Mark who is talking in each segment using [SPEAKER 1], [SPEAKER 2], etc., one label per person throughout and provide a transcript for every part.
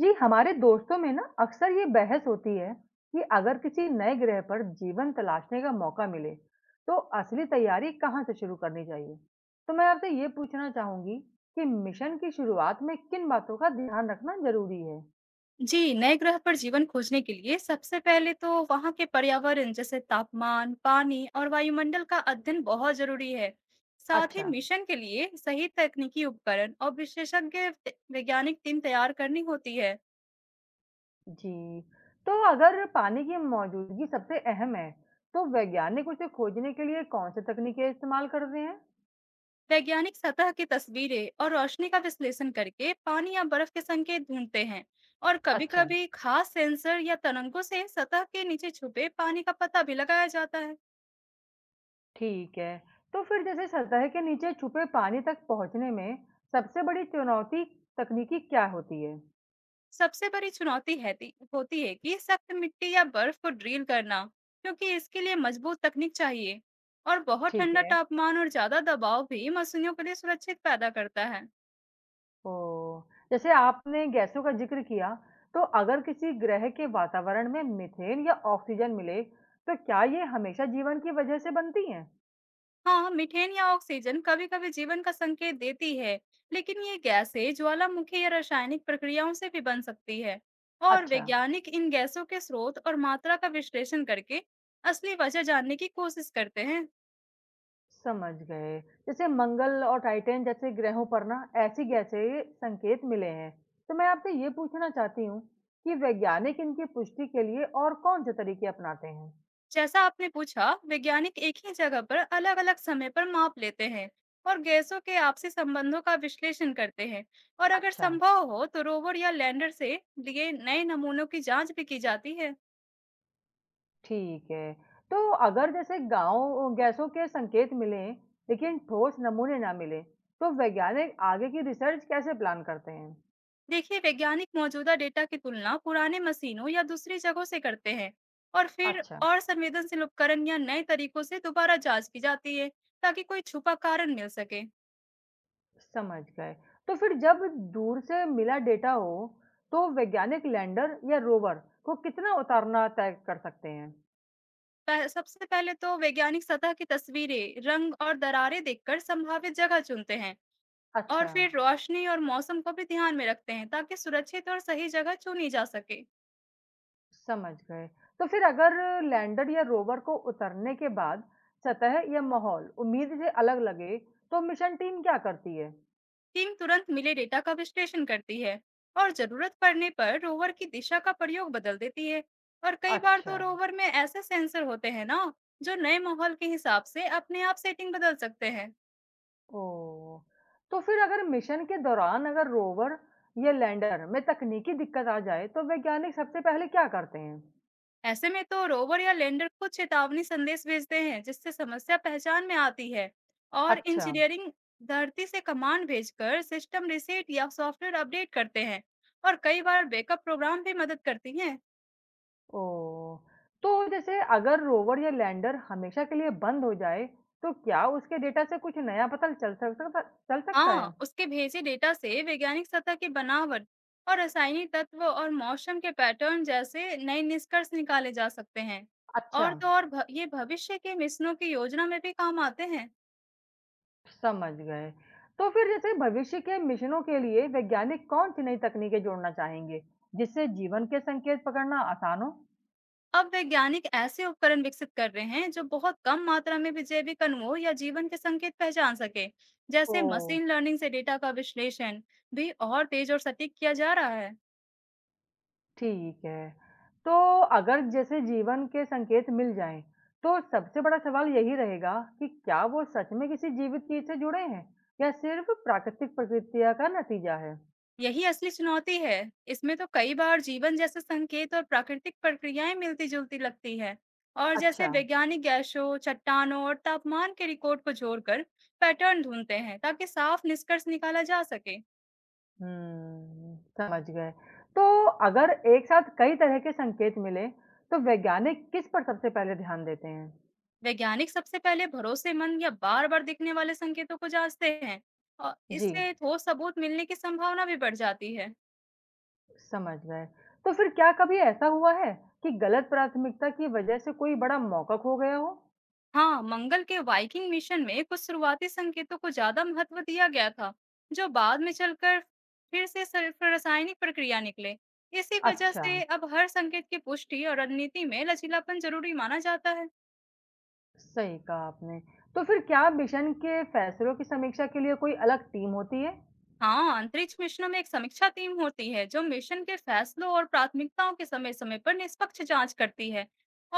[SPEAKER 1] जी, हमारे दोस्तों में ना अक्सर ये बहस होती है कि अगर किसी नए ग्रह पर जीवन तलाशने का मौका मिले, तो असली तैयारी कहाँ से शुरू करनी चाहिए? तो मैं आपसे ये पूछना चाहूँगी कि मिशन की शुरुआत में किन बातों का ध्यान रखना ज़रूरी है?
[SPEAKER 2] जी, नए ग्रह पर जीवन खोजने के लिए सबसे पहले तो वहाँ के पर्यावरण जैसे तापमान, पानी और वायुमंडल का अध्ययन बहुत जरूरी है। साथ ही
[SPEAKER 1] अच्छा,
[SPEAKER 2] मिशन के लिए सही तकनीकी उपकरण और विशेषज्ञ वैज्ञानिक टीम तैयार करनी होती है।
[SPEAKER 1] जी। तो अगर पानी की मौजूदगी सबसे अहम है, तो वैज्ञानिक उसे खोजने के लिए कौन-सी तकनीकें इस्तेमाल करते हैं?
[SPEAKER 2] वैज्ञानिक सतह की तस्वीरें और रोशनी का विश्लेषण करके पानी या बर्फ के संकेत ढूंढते हैं और
[SPEAKER 1] अच्छा।
[SPEAKER 2] कभी-कभी खास सेंसर या तरंगों से सतह के नीचे छुपे पानी का पता भी लगाया जाता है।
[SPEAKER 1] ठीक है। तो फिर जैसे सतह के नीचे छुपे पानी तक पहुँचने में सबसे बड़ी चुनौती तकनीकी क्या होती है?
[SPEAKER 2] सबसे बड़ी चुनौती होती है कि सख्त मिट्टी या बर्फ को ड्रिल करना क्योंकि इसके लिए मजबूत तकनीक चाहिए और बहुत
[SPEAKER 1] ठीक
[SPEAKER 2] ठंडा
[SPEAKER 1] है।
[SPEAKER 2] तापमान और ज्यादा दबाव भी मशीनों के लिए सुरक्षित पैदा करता है।
[SPEAKER 1] ओह! जैसे आपने गैसों का ज़िक्र किया, तो अगर किसी ग्रह के वातावरण में मीथेन या ऑक्सीजन मिले, तो क्या ये हमेशा जीवन की वजह से बनती हैं?
[SPEAKER 2] हाँ, मीथेन या ऑक्सीजन कभी कभी जीवन का संकेत देती है, लेकिन ये गैसें ज्वालामुखी या रासायनिक प्रक्रियाओं से भी बन सकती है। और
[SPEAKER 1] अच्छा।
[SPEAKER 2] वैज्ञानिक इन गैसों के स्रोत और मात्रा का विश्लेषण करके असली वजह जानने की कोशिश करते हैं।
[SPEAKER 1] समझ गए। जैसे मंगल और टाइटैन जैसे ग्रहों पर ना ऐसी गैसीय संकेत मिले हैं। तो मैं आपसे ये पूछना चाहती हूँ कि वैज्ञानिक इनकी पुष्टि के लिए और कौन-से तरीके अपनाते हैं?
[SPEAKER 2] जैसा आपने पूछा, वैज्ञानिक एक ही जगह पर अलग-अलग समय पर माप लेते हैं और गैसों के आपसी संबंधों का विश्लेषण करते हैं। और अगर
[SPEAKER 1] अच्छा,
[SPEAKER 2] संभव हो, तो रोवर या लैंडर से लिए नए नमूनों की जांच भी की जाती है।
[SPEAKER 1] ठीक है। तो अगर जैसे गाँव गैसों के संकेत मिलें, लेकिन ठोस नमूने ना मिले, तो वैज्ञानिक आगे की रिसर्च कैसे प्लान करते हैं?
[SPEAKER 2] देखिए, वैज्ञानिक मौजूदा डेटा की तुलना पुराने मशीनों या दूसरी जगहों से करते हैं और फिर
[SPEAKER 1] अच्छा।
[SPEAKER 2] और संवेदनशील उपकरण या नए तरीकों से दोबारा जांच की जाती है, ताकि कोई छुपा कारण मिल सके।
[SPEAKER 1] समझ गए। तो फिर जब दूर से मिला डेटा हो, तो वैज्ञानिक लैंडर या रोवर को कितना उतारना तय कर सकते हैं?
[SPEAKER 2] सबसे पहले तो वैज्ञानिक सतह की तस्वीरें, रंग और दरारें देखकर संभावित जगह चुनते हैं और
[SPEAKER 1] अच्छा,
[SPEAKER 2] फिर रोशनी और मौसम को भी ध्यान में रखते हैं ताकि सुरक्षित और सही जगह चुनी जा सके।
[SPEAKER 1] समझ गए। तो फिर अगर लैंडर या रोवर को उतरने के बाद सतह या माहौल उम्मीद से अलग लगे, तो मिशन टीम क्या करती है?
[SPEAKER 2] टीम तुरंत मिले डेटा का विश्लेषण करती है और जरूरत पड़ने पर रोवर की दिशा का प्रयोग बदल देती है। और कई बार
[SPEAKER 1] अच्छा,
[SPEAKER 2] तो रोवर में ऐसे सेंसर होते हैं ना जो नए माहौल के हिसाब से अपने आप सेटिंग बदल सकते हैं।
[SPEAKER 1] ओह! तो फिर अगर मिशन के दौरान अगर रोवर या लैंडर में तकनीकी दिक्कत आ जाए, तो वैज्ञानिक सबसे पहले क्या करते हैं?
[SPEAKER 2] ऐसे में तो रोवर या लैंडर खुद चेतावनी संदेश भेजते हैं जिससे समस्या पहचान में आती है। और
[SPEAKER 1] अच्छा।
[SPEAKER 2] इंजीनियरिंग धरती से कमांड भेजकर सिस्टम रीसेट या सॉफ्टवेयर अपडेट करते हैं और कई बार बैकअप प्रोग्राम भी मदद करती हैं।
[SPEAKER 1] ओह! तो जैसे अगर रोवर या लैंडर हमेशा के लिए बंद हो जाए, तो क्या उसके डेटा से कुछ नया पता चल सकता
[SPEAKER 2] हाँ,
[SPEAKER 1] है?
[SPEAKER 2] उसके भेजे डेटा से वैज्ञानिक सतह की बनावट और रासायनिक तत्व और मौसम के पैटर्न जैसे नए निष्कर्ष निकाले जा सकते हैं।
[SPEAKER 1] अच्छा,
[SPEAKER 2] और तो और ये भविष्य के मिशनों की योजना में भी काम आते हैं।
[SPEAKER 1] समझ गए। तो फिर जैसे भविष्य के मिशनों के लिए वैज्ञानिक कौन-सी नई तकनीकें जोड़ना चाहेंगे, जिससे जीवन के संकेत पकड़ना आसान हो?
[SPEAKER 2] अब वैज्ञानिक ऐसे उपकरण विकसित कर रहे हैं जो बहुत कम मात्रा में भी जैविक अणुओं या जीवन के संकेत पहचान सके। जैसे
[SPEAKER 1] ओह!
[SPEAKER 2] मशीन लर्निंग से डेटा का विश्लेषण भी और तेज और सटीक किया जा रहा है।
[SPEAKER 1] ठीक है। तो अगर जैसे जीवन के संकेत मिल जाएँ, तो सबसे बड़ा सवाल यही रहेगा कि क्या वो सच में किसी जीवित चीज़ से जुड़े हैं या सिर्फ़ प्राकृतिक प्रक्रिया का नतीजा है?
[SPEAKER 2] यही असली चुनौती है। इसमें तो कई बार जीवन जैसे संकेत और प्राकृतिक प्रक्रियाएं मिलती जुलती लगती है। और जैसे
[SPEAKER 1] अच्छा।
[SPEAKER 2] वैज्ञानिक गैसों चट्टानों और तापमान के रिकॉर्ड को जोड़कर पैटर्न ढूंढते हैं ताकि साफ निष्कर्ष निकाला जा सके।
[SPEAKER 1] हुँ, समझ गए। तो अगर एक साथ कई तरह के संकेत मिलें, तो वैज्ञानिक किस पर सबसे पहले ध्यान देते हैं?
[SPEAKER 2] वैज्ञानिक सबसे पहले भरोसेमंद या बार-बार दिखने वाले संकेतों को जांचते हैं और
[SPEAKER 1] जी।
[SPEAKER 2] इससे ठोस सबूत मिलने की संभावना भी बढ़ जाती है।
[SPEAKER 1] समझ गए। तो फिर क्या कभी ऐसा हुआ है कि गलत प्राथमिकता की वजह से कोई बड़ा मौका खो गया हो?
[SPEAKER 2] हाँ, मंगल के वाइकिंग मिशन में कुछ शुरुआती संकेतों को ज्यादा महत्व दिया गया था जो बाद में चलकर फिर से सिर्फ रासायनिक प्रक्रिया निकले। इसी वजह
[SPEAKER 1] अच्छा।
[SPEAKER 2] से अब हर संकेत की पुष्टि और रणनीति में लचीलापन जरूरी माना जाता है।
[SPEAKER 1] सही कहा आपने। तो फिर क्या मिशन के फैसलों की समीक्षा के लिए कोई अलग टीम होती है?
[SPEAKER 2] हाँ, अंतरिक्ष मिशनों में एक समीक्षा टीम होती है जो मिशन के फैसलों और प्राथमिकताओं के समय समय पर निष्पक्ष जांच करती है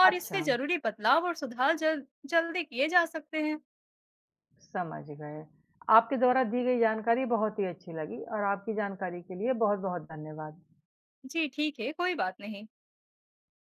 [SPEAKER 2] और इससे
[SPEAKER 1] अच्छा,
[SPEAKER 2] जरूरी बदलाव और सुधार जल्दी किए जा सकते हैं।
[SPEAKER 1] समझ गए। आपके द्वारा दी गई जानकारी बहुत ही अच्छी लगी और आपकी जानकारी के लिए बहुत-बहुत धन्यवाद।
[SPEAKER 2] जी ठीक है, कोई बात नहीं।